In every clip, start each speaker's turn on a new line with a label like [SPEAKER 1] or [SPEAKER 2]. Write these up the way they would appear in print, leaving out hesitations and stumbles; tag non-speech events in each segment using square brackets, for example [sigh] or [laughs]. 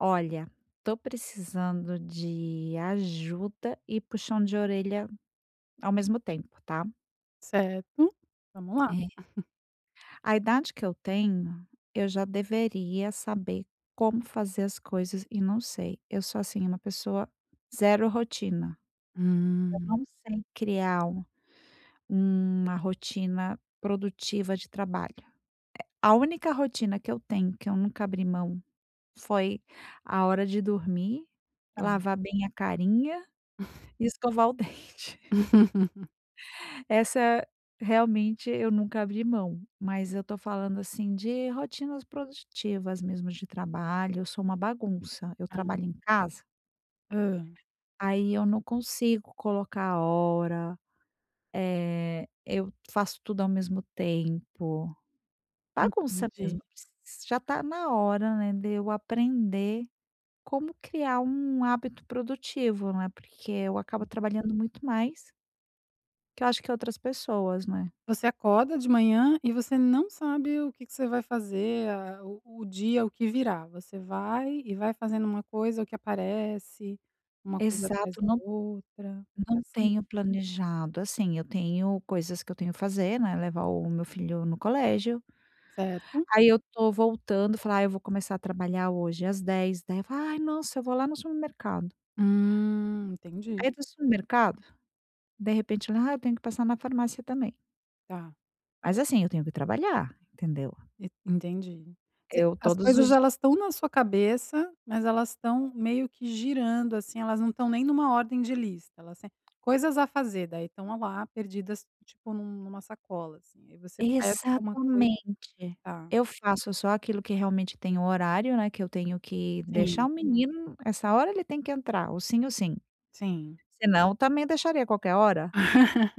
[SPEAKER 1] Olha, tô precisando de ajuda e puxão de orelha ao mesmo tempo, tá?
[SPEAKER 2] Certo, vamos lá.
[SPEAKER 1] É. A idade que eu tenho, eu já deveria saber como fazer as coisas e não sei. Eu sou assim, uma pessoa zero rotina. Eu
[SPEAKER 2] Hum.
[SPEAKER 1] não sei criar uma rotina produtiva de trabalho. A única rotina que eu tenho, que eu nunca abri mão, foi a hora de dormir,
[SPEAKER 2] Tá.
[SPEAKER 1] lavar bem a carinha e escovar o [laughs] dente.
[SPEAKER 2] [laughs]
[SPEAKER 1] Essa realmente eu nunca abri mão, mas eu tô falando, assim, de rotinas produtivas mesmo de trabalho, eu sou uma bagunça. Eu
[SPEAKER 2] Ah,
[SPEAKER 1] trabalho em casa,
[SPEAKER 2] hã,
[SPEAKER 1] aí eu não consigo colocar a hora, eu faço tudo ao mesmo tempo. Bagunça
[SPEAKER 2] entendi.
[SPEAKER 1] mesmo, preci já tá na hora, né, de eu aprender como criar um hábito produtivo, né, porque eu acabo trabalhando muito mais que eu acho que outras pessoas, né.
[SPEAKER 2] Você acorda de manhã e você não sabe o que que você vai fazer, a o dia, o que virá. Você vai e vai fazendo uma coisa, o que aparece, uma coisa atrás
[SPEAKER 1] Exato,
[SPEAKER 2] da outra. É
[SPEAKER 1] não
[SPEAKER 2] assim?
[SPEAKER 1] tenho planejado, assim, eu tenho coisas que eu tenho que fazer, né, levar o meu filho no colégio,
[SPEAKER 2] Certo.
[SPEAKER 1] aí eu tô voltando, falar: "Ah, eu vou começar a trabalhar hoje às 10h", daí eu falo: "Ai, nossa, eu vou lá no supermercado".
[SPEAKER 2] Entendi.
[SPEAKER 1] Aí do supermercado, de repente, ah, eu tenho que passar na farmácia também.
[SPEAKER 2] Tá.
[SPEAKER 1] Mas assim, eu tenho que trabalhar, entendeu?
[SPEAKER 2] E entendi. Você
[SPEAKER 1] Eu
[SPEAKER 2] As
[SPEAKER 1] todos
[SPEAKER 2] coisas,
[SPEAKER 1] os
[SPEAKER 2] elas estão na sua cabeça, mas elas estão meio que girando, assim, elas não estão nem numa ordem de lista, elas se coisas a fazer, daí estão lá perdidas, tipo, numa sacola, assim, aí você pesca uma coisa.
[SPEAKER 1] exatamente.
[SPEAKER 2] Tá.
[SPEAKER 1] Eu faço só aquilo que realmente tem o horário, né, que eu tenho que deixar
[SPEAKER 2] Sim,
[SPEAKER 1] o menino, essa hora ele tem que entrar, ou sim,
[SPEAKER 2] sim.
[SPEAKER 1] senão também deixaria qualquer hora.
[SPEAKER 2] [laughs]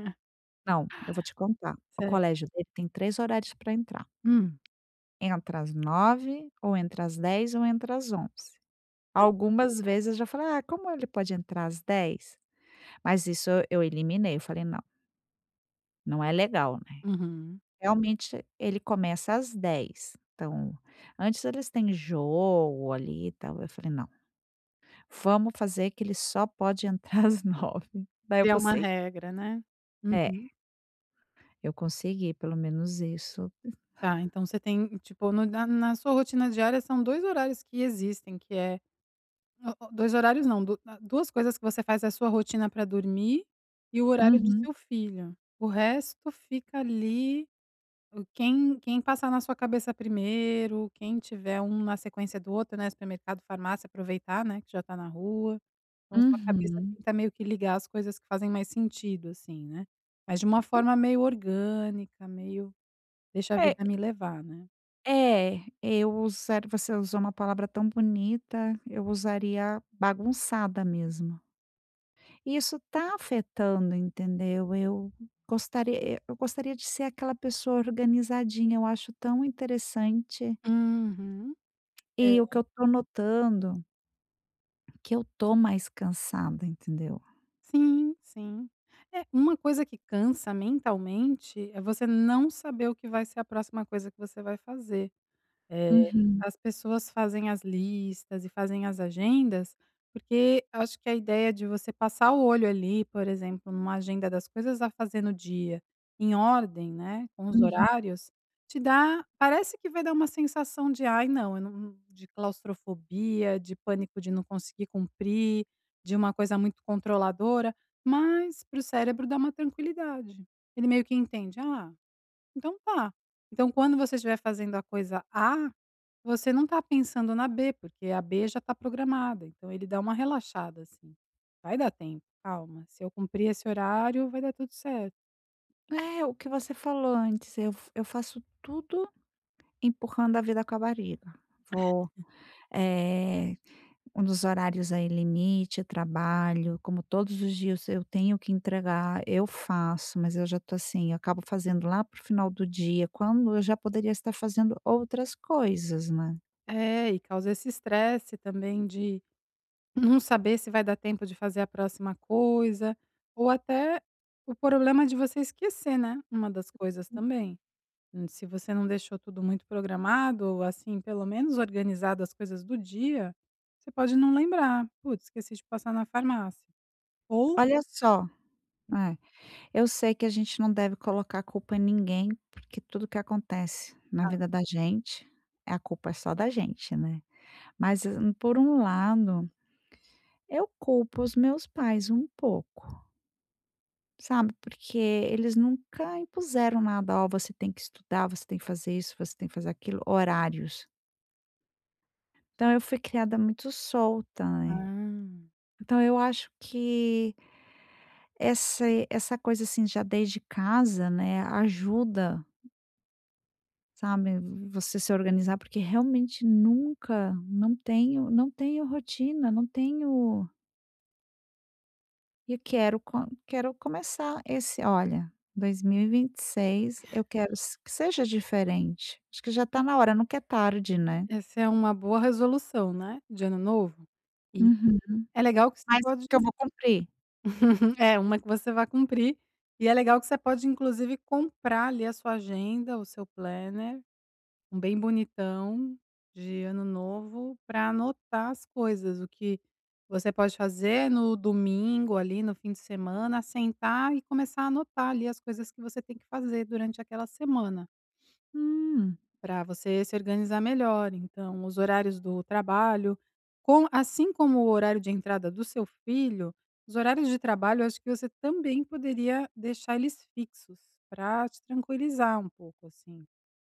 [SPEAKER 1] Não, eu vou te contar. O
[SPEAKER 2] Certo.
[SPEAKER 1] colégio dele tem 3 horários para entrar.
[SPEAKER 2] Hum.
[SPEAKER 1] Entra às nove ou entra às dez ou entra às onze. Algumas vezes eu já falei: "Ah, como ele pode entrar às dez?". Mas isso eu eliminei, eu falei: "Não, não é legal, né".
[SPEAKER 2] Uhum.
[SPEAKER 1] Realmente ele começa às dez, então antes eles têm jogo ali e tal, eu falei: "Não, vamos fazer que ele só pode [laughs] entrar às nove". Daí eu
[SPEAKER 2] Criar uma
[SPEAKER 1] consegui,
[SPEAKER 2] regra, né.
[SPEAKER 1] é,
[SPEAKER 2] Uhum.
[SPEAKER 1] eu consegui pelo menos isso.
[SPEAKER 2] Tá, então você tem, tipo, no na na sua rotina diária são 2 horários que existem, que é... O 2 horários, não, du a 2 coisas que você faz é a sua rotina pra dormir e o horário do
[SPEAKER 1] Uhum,
[SPEAKER 2] seu filho. O resto fica ali, o quem quem passar na sua cabeça primeiro, quem tiver um na sequência do outro, né, supermercado, farmácia, aproveitar, né, que já tá na rua. Então sua cabeça
[SPEAKER 1] uhum.
[SPEAKER 2] tenta meio que ligar as coisas que fazem mais sentido, assim, né. Mas de uma forma meio orgânica, meio deixa a
[SPEAKER 1] É,
[SPEAKER 2] vida me levar, né.
[SPEAKER 1] é, eu usar você usou uma palavra tão bonita, eu usaria bagunçada mesmo. E isso tá afetando, entendeu? Eu gostaria de ser aquela pessoa organizadinha, eu acho tão interessante,
[SPEAKER 2] Uhum. É.
[SPEAKER 1] e o que eu tô notando, que eu tô mais cansada, entendeu?
[SPEAKER 2] Sim, sim. É, uma coisa que cansa mentalmente é você não saber o que vai ser a próxima coisa que você vai fazer. Eh,
[SPEAKER 1] Uhum,
[SPEAKER 2] as pessoas fazem as listas e fazem as agendas, porque acho que a ideia de você passar o olho ali, por exemplo, numa agenda das coisas a fazer no dia, em ordem, né, com os
[SPEAKER 1] uhum.
[SPEAKER 2] horários, te dá, parece que vai dar uma sensação de: "Ai não, eu não", de claustrofobia, de pânico de não conseguir cumprir, de uma coisa muito controladora, mas para o cérebro dá uma tranquilidade. Ele meio que entende: "Ah, então tá. Então quando você estiver fazendo a coisa A, você não tá pensando na B, porque a B já tá programada, então ele dá uma relaxada, assim. Vai dar tempo, calma, se eu cumprir esse horário, vai dar tudo certo."
[SPEAKER 1] É, o que você falou antes, eu faço tudo empurrando a vida com a barriga. Vou, eh um dos horários aí limite, trabalho, como todos os dias eu tenho que entregar, eu faço, mas eu já tô assim, eu acabo fazendo lá pro final do dia, quando eu já poderia estar fazendo outras coisas, né.
[SPEAKER 2] É, e causa esse estresse também de [laughs] não saber se vai dar tempo de fazer a próxima coisa, ou até o problema de você esquecer, né, uma das coisas também. Se você não deixou tudo muito programado ou, assim, pelo menos organizado as coisas do dia, você pode não lembrar: "Putz, esqueci de passar na farmácia", ou...
[SPEAKER 1] Olha só, é, eu sei que a gente não deve colocar a culpa em ninguém, porque tudo que acontece na vida da gente, a culpa é só da gente, né. Mas, por um lado, eu culpo os meus pais um pouco. Sabe, porque eles nunca impuseram nada: "Ó, você tem que estudar, você tem que fazer isso, você tem que fazer aquilo", horários. Então eu fui criada muito solta, né.
[SPEAKER 2] Ah.
[SPEAKER 1] Então eu acho que essa essa coisa, assim, já desde casa, né, ajuda, sabe, você se organizar, porque realmente nunca, não tenho rotina, não tenho. E quero começar esse, olha, 2026 eu quero s que seja diferente. Acho que já está na hora, nunca é tarde, né.
[SPEAKER 2] Essa é uma boa resolução, né, de ano novo. E
[SPEAKER 1] Uhum.
[SPEAKER 2] é legal que você
[SPEAKER 1] Mas
[SPEAKER 2] pode...
[SPEAKER 1] que eu vou cumprir.
[SPEAKER 2] é, uma que você vai cumprir, e é legal que você pode inclusive comprar ali a sua agenda, o seu planner. Um bem bonitão, de ano novo, para anotar as coisas, o que você pode fazer no domingo ali, no fim de semana, sentar e começar a anotar ali as coisas que você tem que fazer durante aquela semana,
[SPEAKER 1] Hum.
[SPEAKER 2] para você se organizar melhor. Então, os horários do trabalho, com assim como o horário de entrada do seu filho, os horários de trabalho acho que você também poderia deixar eles fixos, para te tranquilizar um pouco, assim.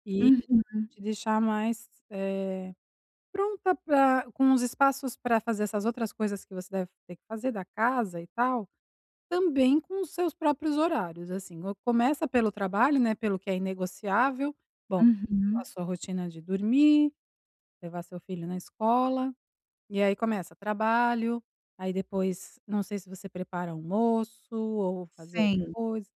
[SPEAKER 2] E
[SPEAKER 1] Uhum,
[SPEAKER 2] te deixar mais, pronta pra, com os espaços para fazer essas outras coisas que você deve ter que fazer da casa e tal, também com os seus próprios horários, assim, ou começa pelo trabalho, né, pelo que é inegociável. Bom, a
[SPEAKER 1] uhum.
[SPEAKER 2] sua rotina de dormir, levar seu filho na escola, e aí começa trabalho, aí depois não sei se você prepara almoço ou fazer as
[SPEAKER 1] Sim.
[SPEAKER 2] coisas.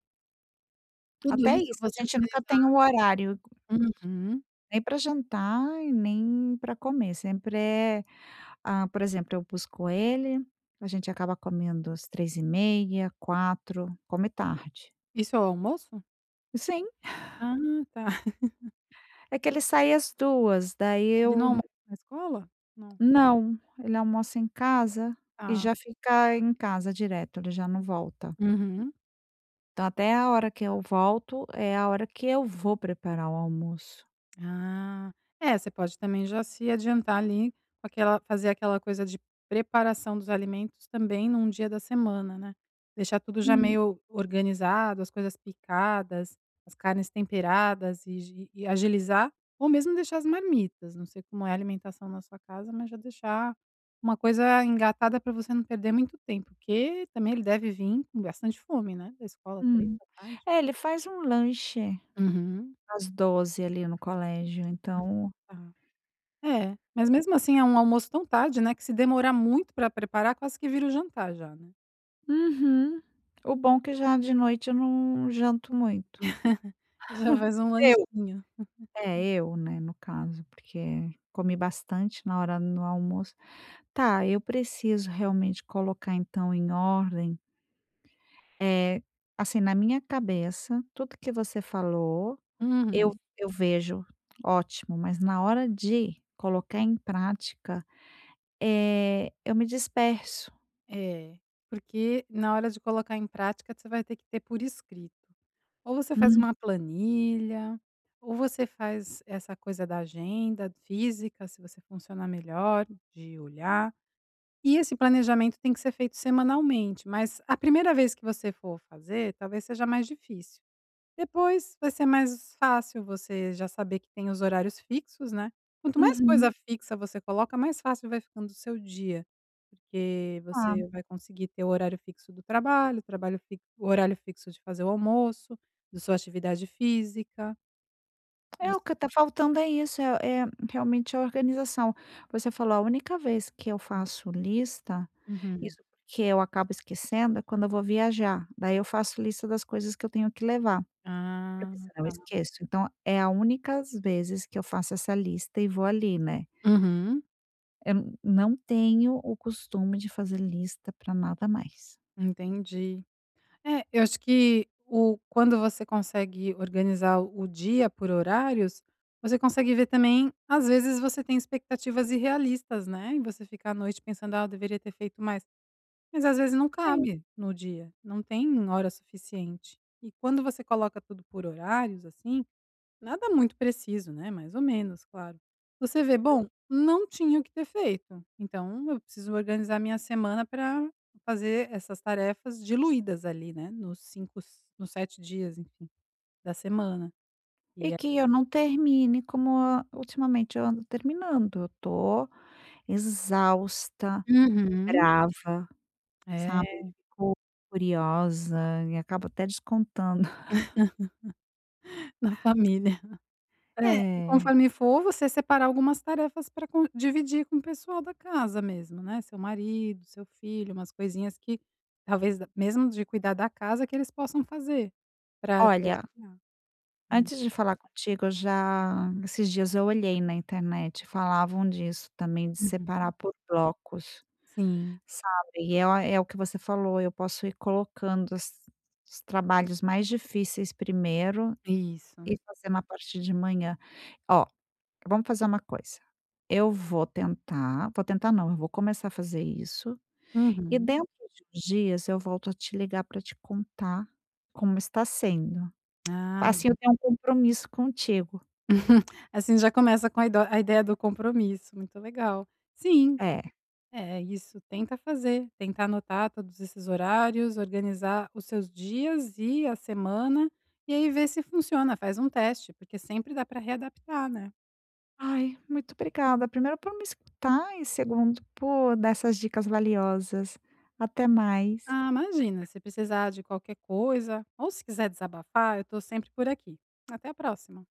[SPEAKER 2] Tudo
[SPEAKER 1] Até
[SPEAKER 2] isso
[SPEAKER 1] isso, a
[SPEAKER 2] você
[SPEAKER 1] gente nunca tem
[SPEAKER 2] organizar.
[SPEAKER 1] um horário,
[SPEAKER 2] Uhum.
[SPEAKER 1] nem para jantar e nem para comer, sempre é, ah, por exemplo, eu busco ele, a gente acaba comendo às três e meia, quatro, come tarde.
[SPEAKER 2] Isso é o almoço?
[SPEAKER 1] Sim.
[SPEAKER 2] Ah, tá.
[SPEAKER 1] É que ele sai às duas, daí
[SPEAKER 2] Ele não
[SPEAKER 1] eu
[SPEAKER 2] almoça na escola? Não.
[SPEAKER 1] não, ele almoça em casa e
[SPEAKER 2] Tá.
[SPEAKER 1] já fica em casa direto, ele já não volta.
[SPEAKER 2] Uhum.
[SPEAKER 1] Então até a hora que eu volto, é a hora que eu vou preparar o almoço.
[SPEAKER 2] Ah. É, você pode também já se adiantar ali com aquela, fazer aquela coisa de preparação dos alimentos também num dia da semana, né. Deixar tudo já
[SPEAKER 1] Hum.
[SPEAKER 2] meio organizado, as coisas picadas, as carnes temperadas e agilizar, ou mesmo deixar as marmitas, não sei como é a alimentação na sua casa, mas já deixar uma coisa engatada para você não perder muito tempo, porque também ele deve vir com bastante fome, né, da escola, 3
[SPEAKER 1] Hum.
[SPEAKER 2] da tarde.
[SPEAKER 1] É, ele faz um lanche
[SPEAKER 2] Uhum.
[SPEAKER 1] às doze ali no colégio, então
[SPEAKER 2] Tá. É, mas mesmo assim é um almoço tão tarde, né, que se demorar muito pra preparar quase que vira o jantar já, né.
[SPEAKER 1] uhum. O bom é que já de noite eu não janto muito.
[SPEAKER 2] [laughs] Já faz um
[SPEAKER 1] Eu.
[SPEAKER 2] lanchinho.
[SPEAKER 1] É, eu, né, no caso, porque comi bastante na hora do almoço. Tá, eu preciso realmente colocar então em ordem, eh, assim, na minha cabeça, tudo que você falou, eu
[SPEAKER 2] Uhum.
[SPEAKER 1] eu vejo, ótimo, mas na hora de colocar em prática, eu me disperso.
[SPEAKER 2] É, porque na hora de colocar em prática você vai ter que ter por escrito. Ou você faz
[SPEAKER 1] Hum,
[SPEAKER 2] uma planilha, ou você faz essa coisa da agenda física, se você funciona melhor de olhar. E esse planejamento tem que ser feito semanalmente, mas a primeira vez que você for fazer, talvez seja mais difícil. Depois vai ser mais fácil você já saber que tem os horários fixos, né. Quanto mais coisa
[SPEAKER 1] uhum.
[SPEAKER 2] fixa você coloca, mais fácil vai ficando o seu dia, porque
[SPEAKER 1] Tá.
[SPEAKER 2] você vai conseguir ter o horário fixo do trabalho, o trabalho fi o horário fixo de fazer o almoço, da sua atividade física,
[SPEAKER 1] É,
[SPEAKER 2] dos...
[SPEAKER 1] o que tá faltando é isso, é realmente a organização. Você falou, a única vez que eu faço lista,
[SPEAKER 2] Uhum.
[SPEAKER 1] isso porque eu acabo esquecendo, é quando eu vou viajar, daí eu faço lista das coisas que eu tenho que levar.
[SPEAKER 2] Ah,
[SPEAKER 1] Porque senão eu
[SPEAKER 2] tá.
[SPEAKER 1] esqueço. Então é a únicas vezes que eu faço essa lista e vou ali, né.
[SPEAKER 2] Uhum,
[SPEAKER 1] Não tenho o costume de fazer lista para nada mais.
[SPEAKER 2] entendi. É, eu acho que o quando você consegue organizar o dia por horários, você consegue ver, também às vezes você tem expectativas irrealistas, né, e você fica à noite pensando: "Ah, eu deveria ter feito mais", mas às vezes não
[SPEAKER 1] Sim.
[SPEAKER 2] cabe no dia, não tem hora suficiente. E quando você coloca tudo por horários, assim... Nada muito preciso, né, mais ou menos, claro. Você vê: "Bom, não tinha o que ter feito, então eu preciso organizar minha semana para fazer essas tarefas diluídas ali, né, nos 5, nos 7 dias, enfim, da semana". E
[SPEAKER 1] E
[SPEAKER 2] aí...
[SPEAKER 1] que eu não termine como a ultimamente eu ando terminando, eu tô exausta,
[SPEAKER 2] Uhum.
[SPEAKER 1] brava, sabe,
[SPEAKER 2] É,
[SPEAKER 1] fico furiosa e acabo até descontando. [laughs]
[SPEAKER 2] [laughs] na família. É, e
[SPEAKER 1] É.
[SPEAKER 2] conforme for, você separar algumas tarefas para dividir com o pessoal da casa mesmo, né, seu marido, seu filho, umas coisinhas que talvez mesmo de cuidar da casa que eles possam fazer para te
[SPEAKER 1] Olha,
[SPEAKER 2] ajudar. Né.
[SPEAKER 1] antes de falar contigo, eu já, esses dias, eu olhei na internet, falavam disso também, de
[SPEAKER 2] Uhum.
[SPEAKER 1] separar por blocos,
[SPEAKER 2] Sim,
[SPEAKER 1] sabe. E é o é o que você falou, eu posso ir colocando os trabalhos mais difíceis primeiro
[SPEAKER 2] isso.
[SPEAKER 1] e fazendo a parte de manhã. Ó, vamos fazer uma coisa, eu vou tentar não, eu vou começar a fazer isso, e
[SPEAKER 2] Uhum.
[SPEAKER 1] dentro de uns dias eu volto a te ligar para te contar como está sendo.
[SPEAKER 2] Ah,
[SPEAKER 1] Assim eu tenho um compromisso contigo.
[SPEAKER 2] assim já começa com a ideia do compromisso, muito legal. Sim,
[SPEAKER 1] É.
[SPEAKER 2] é isso, tenta fazer, tenta anotar todos esses horários, organizar os seus dias e a semana, e aí ver se funciona, faz um teste, porque sempre dá para readaptar, né.
[SPEAKER 1] Ai, muito obrigada. Primeiro por me escutar e segundo por dar essas dicas valiosas. Até mais.
[SPEAKER 2] Ah, imagina, se precisar de qualquer coisa ou se quiser desabafar, eu tô sempre por aqui. Até a próxima.